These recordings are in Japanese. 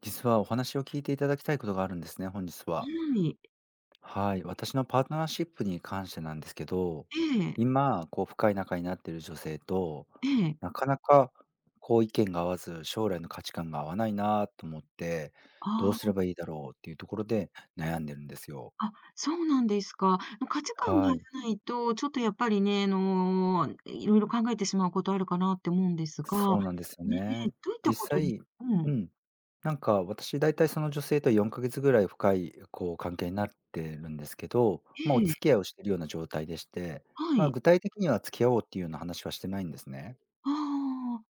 実はお話を聞いていただきたいことがあるんですね、本日はは。い。はい、私のパートナーシップに関してなんですけど、ええ、今、こう深い仲になっている女性と、ええ。なかなかこう意見が合わず、将来の価値観が合わないなと思って、どうすれあばいいだろうっていうところで悩んでるんですよ。そうなんですか。価値観が合はわい、ないと、ちょっとやっぱりね、いろいろ考えてしまうことあるかなって思うんですが、そうなんですよねえ、ね。どういったこ実とで際ううん、ん、なんか私大体その女性と4ヶ月ぐらい深い、こう、関係になってるんですけど、えまあ、おえ、付き合いをしているような状態でして、はまあ、い。具体的には付き合おうっていうような話はしてないんですね。ああ、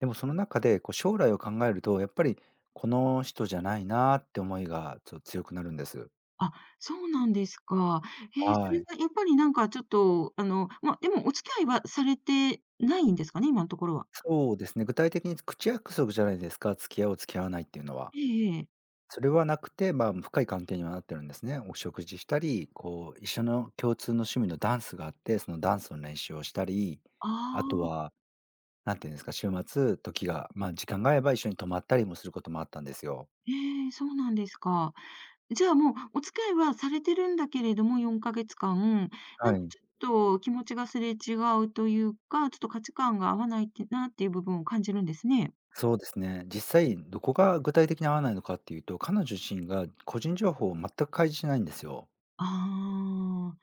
でもその中で、こう、将来を考えると、やっぱりこの人じゃないなって思いがちょっと強くなるんです。あ、そうなんですか。ええ、そはれはい。やっぱりちょっと、でもお付き合いはされてないんですかね？今のところは。そうですね、具体的に口約束じゃないですか、付き合おう付き合わないっていうのは。ええええ。それはなくて、まあ、深い関係にはなってるんですね。お食事したり、こう、一緒の共通の趣味のダンスがあって、そのダンスの練習をしたり、ああとあ、は、なんていうんですか、週末、時が、まあ、時間があれば一緒に泊まったりもすることもあったんですよ。ええ、そうなんですか。じゃあもう、お付き合いはされてるんだけれども、4ヶ月間、はい。ちょっと気持ちがすれ違うというか、ちょっと価値観が合わないってなっていう部分を感じるんですね。そうですね。実際どこが具体的に合わないのかっていうと、彼女自身が個人情報を全く開示しないんですよ。ああ、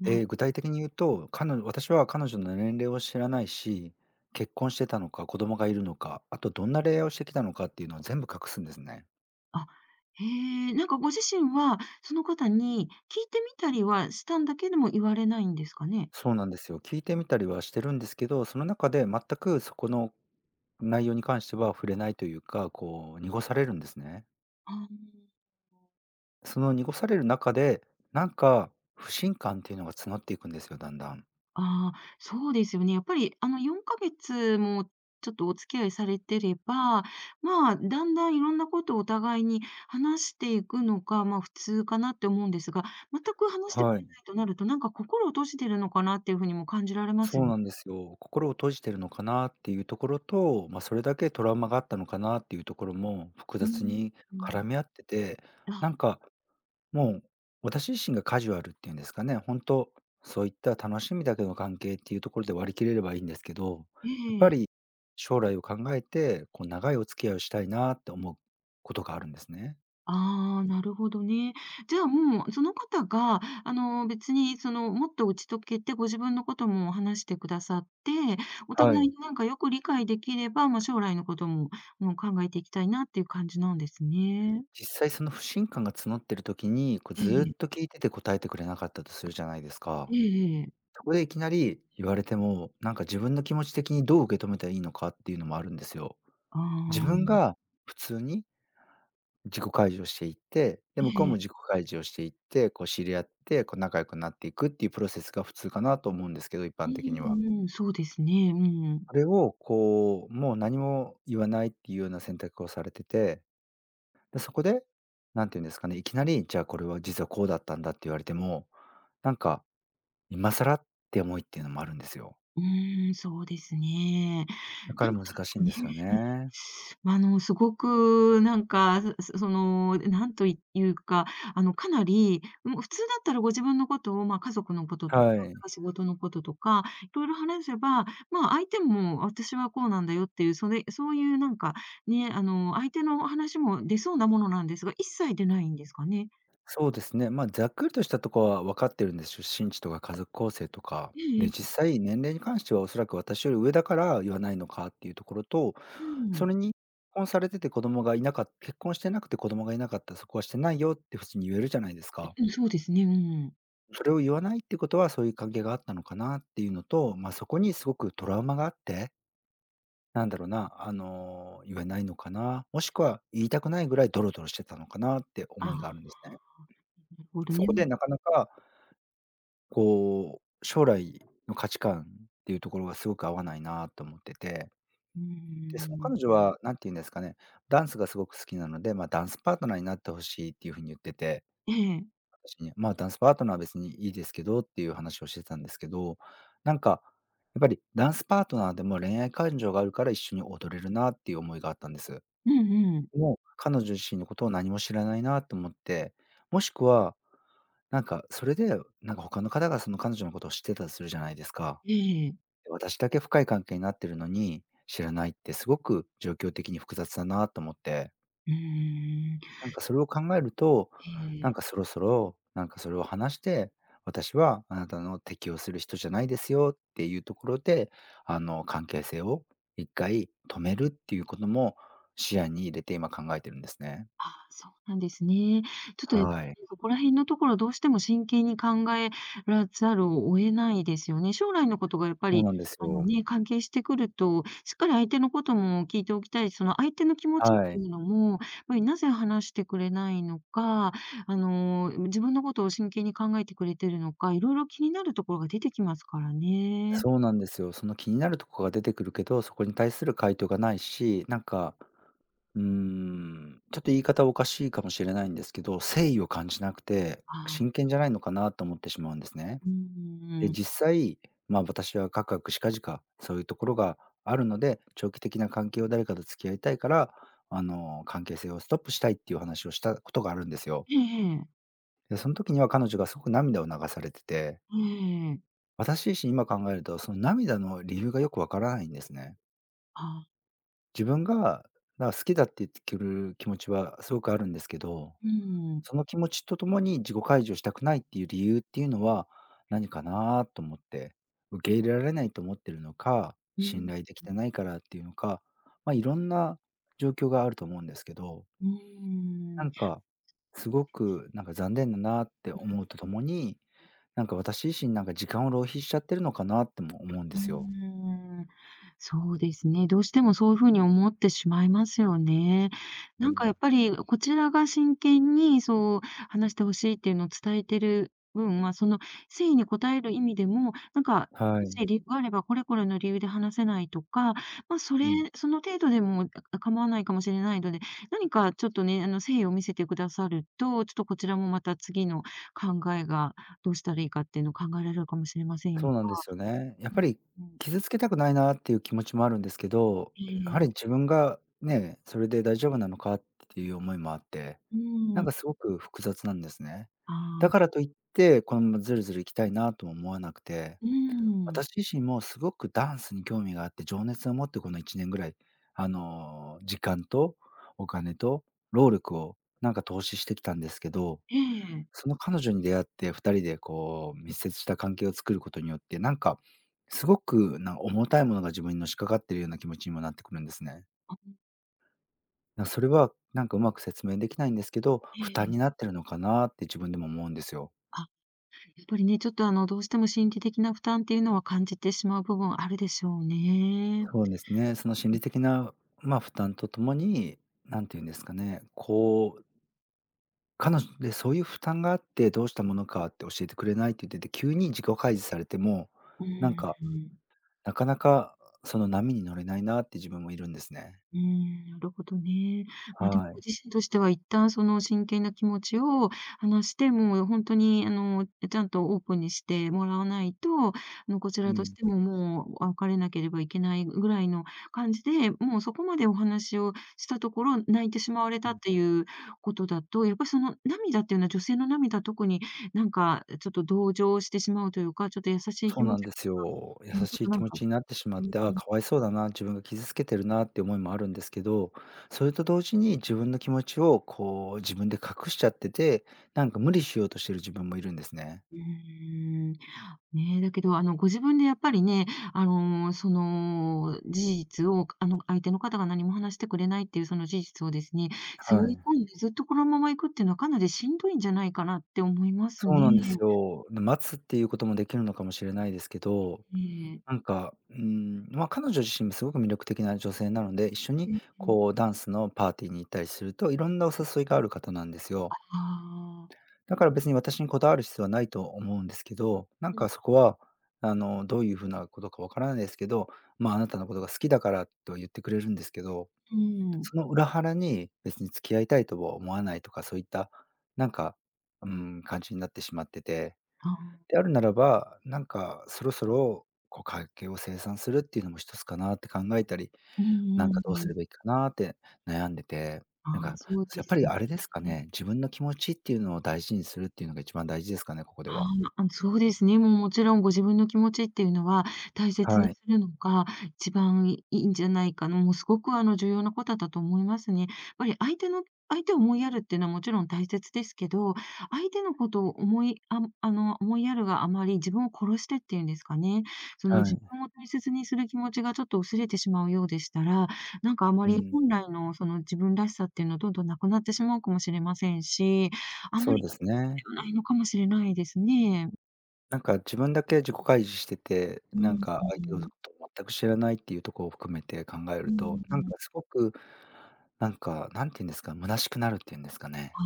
なる具体的に言うと、彼女私は彼女の年齢を知らないし、結婚してたのか、子供がいるのか、あとどんな恋愛をしてきたのかっていうのを全部隠すんですね。あ、へえ、なんかご自身はその方に聞いてみたりはしたんだけども言われないんですかね？そうなんですよ。聞いてみたりはしてるんですけど、その中で全くそこの内容に関しては触れないというか、こう濁されるんですね。ああ。その濁される中で、なんか不信感っていうのが募っていくんですよ、だんだん。ああ、そうですよね。やっぱり、4ヶ月もちょっとお付き合いされてれば、だんだんいろんなことをお互いに話していくのが、普通かなって思うんですが、全く話してくはれい。ないとなると、なんか心を閉じてるのかなっていうふうにも感じられますそようね。なんですよ。心を閉じてるのかなっていうところと、まあ、それだけトラウマがあったのかなっていうところも複う雑ん。にう絡んみ合ってて、なあ、んかもう私自身がカジュアルっていうんですかね、本当そういった楽しみだけの関係っていうところで割り切れればいいんですけど、やっぱええ、り将来を考えて、こう長いお付き合いをしたいなって思うことがあるんですね。ああ、なるほどね。じゃあもう、その方が、あの、別に、その、もっと打ち解けて、ご自分のことも話してくださって、おは互いい。になんかよく理解できれば、将来のことも、もう考えていきたいなっていう感じなんですね。実際その不信感が募ってる時に、こうえずーっえ、と聞いてて答えてくれなかったとするじゃないですか。ええええ。そこでいきなり言われても、なんか自分の気持ち的にどう受け止めたらいいのかっていうのもあるんですよ。あ自分あ、が普通に自己開示をしていって、で、向こうえもえ。自己開示をしていって、こう知り合って、こう仲良くなっていくっていうプロセスが普通かなと思うんですけど、一う般的には。んうん、そうですね。うん。それをこう、もう何も言わないっていうような選択をされてて、で、そこで、なんて言うんですかね、いきなり、じゃあこれは実はこうだったんだって言われても、なんか今更って思いっていうのもあるんですよ。うん、そうですね。だかならんかちょっ難しいとんでね、すよね。あの、すごくなんか、そその、なんというか、あの、かなり、もう普通だったらご自分のことを、家族のこととか、はい。仕事のこととか、いろいろ話せば、相手も私はこうなんだよっていう、それそういうなんか、ね、相手の話も出そうなものなんですが、一切出ないんですかね？そうですね。まあ、ざっくりとしたところは分かってるんですよ。出身地とか家族構成とか。ええで、ええ。実際年齢に関してはおそらく私より上だから言わないのかっていうところと、うそん。れに結婚されてて子供がいなかった結婚してなくて子供がいなかった、そこはしてないよって普通に言えるじゃないですか。うん、そうですね、うん。それを言わないってことはそういう関係があったのかなっていうのと、まあ、そこにすごくトラウマがあって、なんだろうな、あの、言えないのかな、もしくは言いたくないぐらいドロドロしてたのかなってあ思いがあるんあ、ですね。なるほどそこね。でなかなかこう、将来の価値観っていうところがすごく合わないなと思ってて、うで、その彼ん。女はなんて言うんですかね、ダンスがすごく好きなので、ま、ダンスパートナーになって欲しいっていう風に言ってて、ええ。私に、ま、ダンスパートナーは別にいいですけどっていう話をしてたんですけど、なんか、やっぱりダンスパートナーでも恋愛感情があるから一緒に踊れるなっていう思いがあったんです。うんうん。もう彼女自身のことを何も知らないなと思って、もしくは、なんかそれで、なんか他の方がその彼女のことを知ってたとするじゃないですか。ええ。私だけ深い関係になってるのに、知らないってすごく状況的に複雑だなと思って、うん。なんかそれを考えると、えなんかえ。そろそろ、なんかそれを話して、私はあなたの適応する人じゃないですよっていうところで、あの、関係性を一回止めるっていうことも視野に入れて今考えてるんですね。あ、そうなんですね。ちょっとやっぱはい。りね、そこら辺のところどうしても真剣に考えざるを得ないですよね。将来のことがやっぱそうり、なんですよ。ね、関係してくると、しっかり相手のことも聞いておきたい、その相手の気持ちっはてい。いうのも、やっぱりなぜ話してくれないのか、自分のことを真剣に考えてくれてるのか、いろいろ気になるところが出てきますからね。そうなんですよ。その気になるとこが出てくるけど、そこに対する回答がないし、なんかちょっと言い方おかしいかもしれないんですけど、誠意を感じなくて、真あ剣じゃないのかなと思ってしまうんですね。うで、ん。実際、まあ、私はかくかくしかじか、そういうところがあるので、長期的な関係を誰かと付き合いたいから、あの、関係性をストップしたいっていう話をしたことがあるんですよ。ええええ。で、その時には彼女がすごく涙を流されてて、私自身今考えると、その涙の理由がよくわからないんですね。あ自分が、だから好きだって言ってくる気持ちはすごくあるんですけどうん。その気持ちとともに自己解除したくないっていう理由っていうのは何かなと思って、受け入れられないと思ってるのか、う信ん、頼できてないからっていうのか、まあ、いろんな状況があると思うんですけど、うなん。んか、すごくなんか残念だなって思うとともに、なんか私自身なんか時間を浪費しちゃってるのかなっても思うんでうすよ。ーん、そうですね。どうしてもそういう風に思ってしまいますよね。うなんかん。やっぱり、こちらが真剣にそう話してほしいっていうのを伝えてる分は、その誠意に応える意味でも、はもい。し理由があれば、これこれの理由で話せないとか、まあ、それうん。その程度でも、構わないかもしれないので、何かちょっとね、誠意を見せてくださると、ちょっとこちらもまた次の考えがどうしたらいいかっていうのを考えられるかもしれませそんうなんですよね。やっぱよ。りうん。傷つけたくないなっていう気持ちもあるんですけど、やはえりえ、自分がね、それで大丈夫なのかっていう思いもあって、うなんん、かすごく複雑なんですね。だあかあ、らといって、このままずるずるいきたいなとも思わなくて、うん、私自身もすごくダンスに興味があって、情熱を持ってこの1年ぐらい、あの、時間とお金と労力をなんか投資してきたんですけどええ、その彼女に出会って、2人でこう密接した関係を作ることによって、なんか、すごく重たいものが自分にのしかかっているような気持ちにもなってくるんですね。あ、それはなんかうまく説明できないんですけど、え負担え、になってるのかなって自分でも思うんですよ。あ、やっぱりね、ちょっとあの、どうしても心理的な負担っていうのは感じてしまう部分あるでしょうね。そうですね。その心理的な、まあ、負担とともに、なんていうんですかね、こう、彼女でそういう負担があってどうしたものかって教えてくれないって言ってて、急に自己開示されても、うなんかん。なかなか、その波に乗れないなって自分もいるんですね。うーん、なるほどね。でもはい。ご自身としては一旦その真剣な気持ちを話して、もう本当にあの、ちゃんとオープンにしてもらわないと、こちうらとしん。てももう、別れなければいけないぐらいの感じで、もうそこまでお話をしたところ、泣いてしまわれうたっん。ていうことだと、やっぱりその涙っていうのは女性の涙、特にちょっと同情してしまうというか、ちょっと優しいそ気う持なち、んですよ。優うん、ちょっしいとな気ん持かちになってしまっうんて、あうあ、ん、かわいそうだな、自分が傷つけてるなって思いもあるんですけど、それと同時に自分の気持ちをこう自分で隠しちゃってて、なんか無理しようとしてる自分もいるんですね。うーん。ね、えだけど、ご自分でやっぱりね、その事実を、相手の方が何も話してくれないっていうその事実をですね、背は負いい。込んでずっとこのまま行くっていうのはかなりしんどいんじゃないかなって思いますそうね。なんですよ。で、待つっていうこともできるのかもしれないですけど、うん。えなえ。んか、うん、まあ、彼女自身もすごく魅力的な女性なので、一緒にこうダンスのパーティーに行ったりすると、いろんなお誘いがある方なんですあよ。あ。だから別に私にこだわる必要はないと思うんですけど、なんうん、かそこは、あの、どういうふうなことかわからないですけど、まあ、あなたのことが好きだからと言ってくれるんですけど、うん。その裏腹に別に付き合いたいとは思わないとか、そういったなんか、う感じになってしまってて。ああ。であるならば、なんかそろそろ、こう家計を清算するっていうのも一つかなって考えたり、うなんんうかんどうすうん。ればいいかなって悩んでて、あなんあ、か、そうでやっすぱりね。あれですかね、自分の気持ちっていうのを大事にするっていうのが一番大事ですかね、ここであは。そうですね。もう、もちろんご自分の気持ちっていうのは大切はにい、するのが一番いいんじゃないかな。もうすごく重要なことだと思いますね。やっぱり相手を思いやるっていうのはもちろん大切ですけど、相手のことを思いあ思いやるがあまり自分を殺してっていうんですかね、そはの自い、分を大切にする気持ちがちょっと薄れてしまうようでしたら、なんかあまうりん、本来のその自分らしさっていうのはどんどんなくなってしまうかもしれませんし、あんそまうりですね。はないのかもしれないですね。なんか自分だけ自己開示してて、うなんん、か相う手のこん。とを全く知らないっていうところを含めて考えうると、ん。うなんんかすごく、なんか、なんて言うんですか、虚しくなるっていうんですかね。あ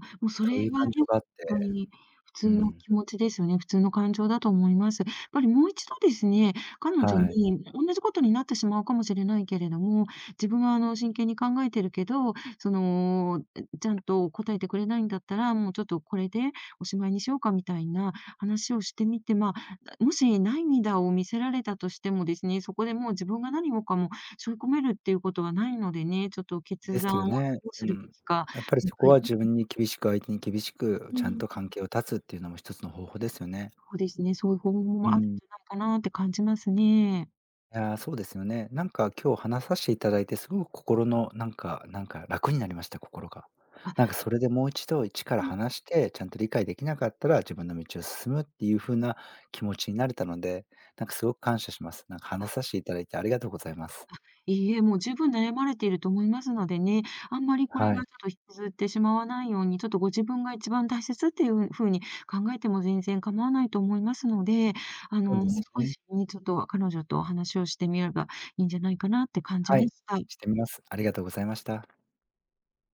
あ、もうそれそういうはね、感情があって、ほんとに普通うのん。気持ちですよね。普通の感情だと思います。やっぱりもう一度ですね、彼女はい。におんなじことになってしまうかもしれないけれども、自分は真剣に考えてるけど、その、ちゃんと答えてくれないんだったら、もうちょっとこれでおしまいにしようかみたいな話をしてみて、もし涙を見せられたとしてもですね、そこでもう自分が何もかも背負い込めるっていうことはないのでね、ちょっとで決すよ断をね。どううするべん。きか、やっぱりもそうこいっはか自い、分に厳しく、相手に厳しく、うちゃんん、と関係を断つっていうのも一つの方法ですよね。そうですね、そういう方法うもあるんん。じゃないかなって感じますね。いや、そうですよね。なんか今日話させていただいて、すごく心のなんか楽になりました、心が。あ、なんかそれでもう一度一から話して、ちゃんと理解できなかったら自分の道を進むっていう風な気持ちになれたので、なんかすごく感謝します。なんか話させていただいてありがとうございます。いいえ、もう十分悩まれていると思いますのでね、あんまりこれがはちょい。っと引きずってしまわないように、ちょっとご自分が一番大切っていう風に考えても全然構わないと思いますので、そうですもうよ少ね。しね、ちょっと彼女とお話をしてみればいいんじゃないかなって感じはまい、した。してみます。ありがとうございました。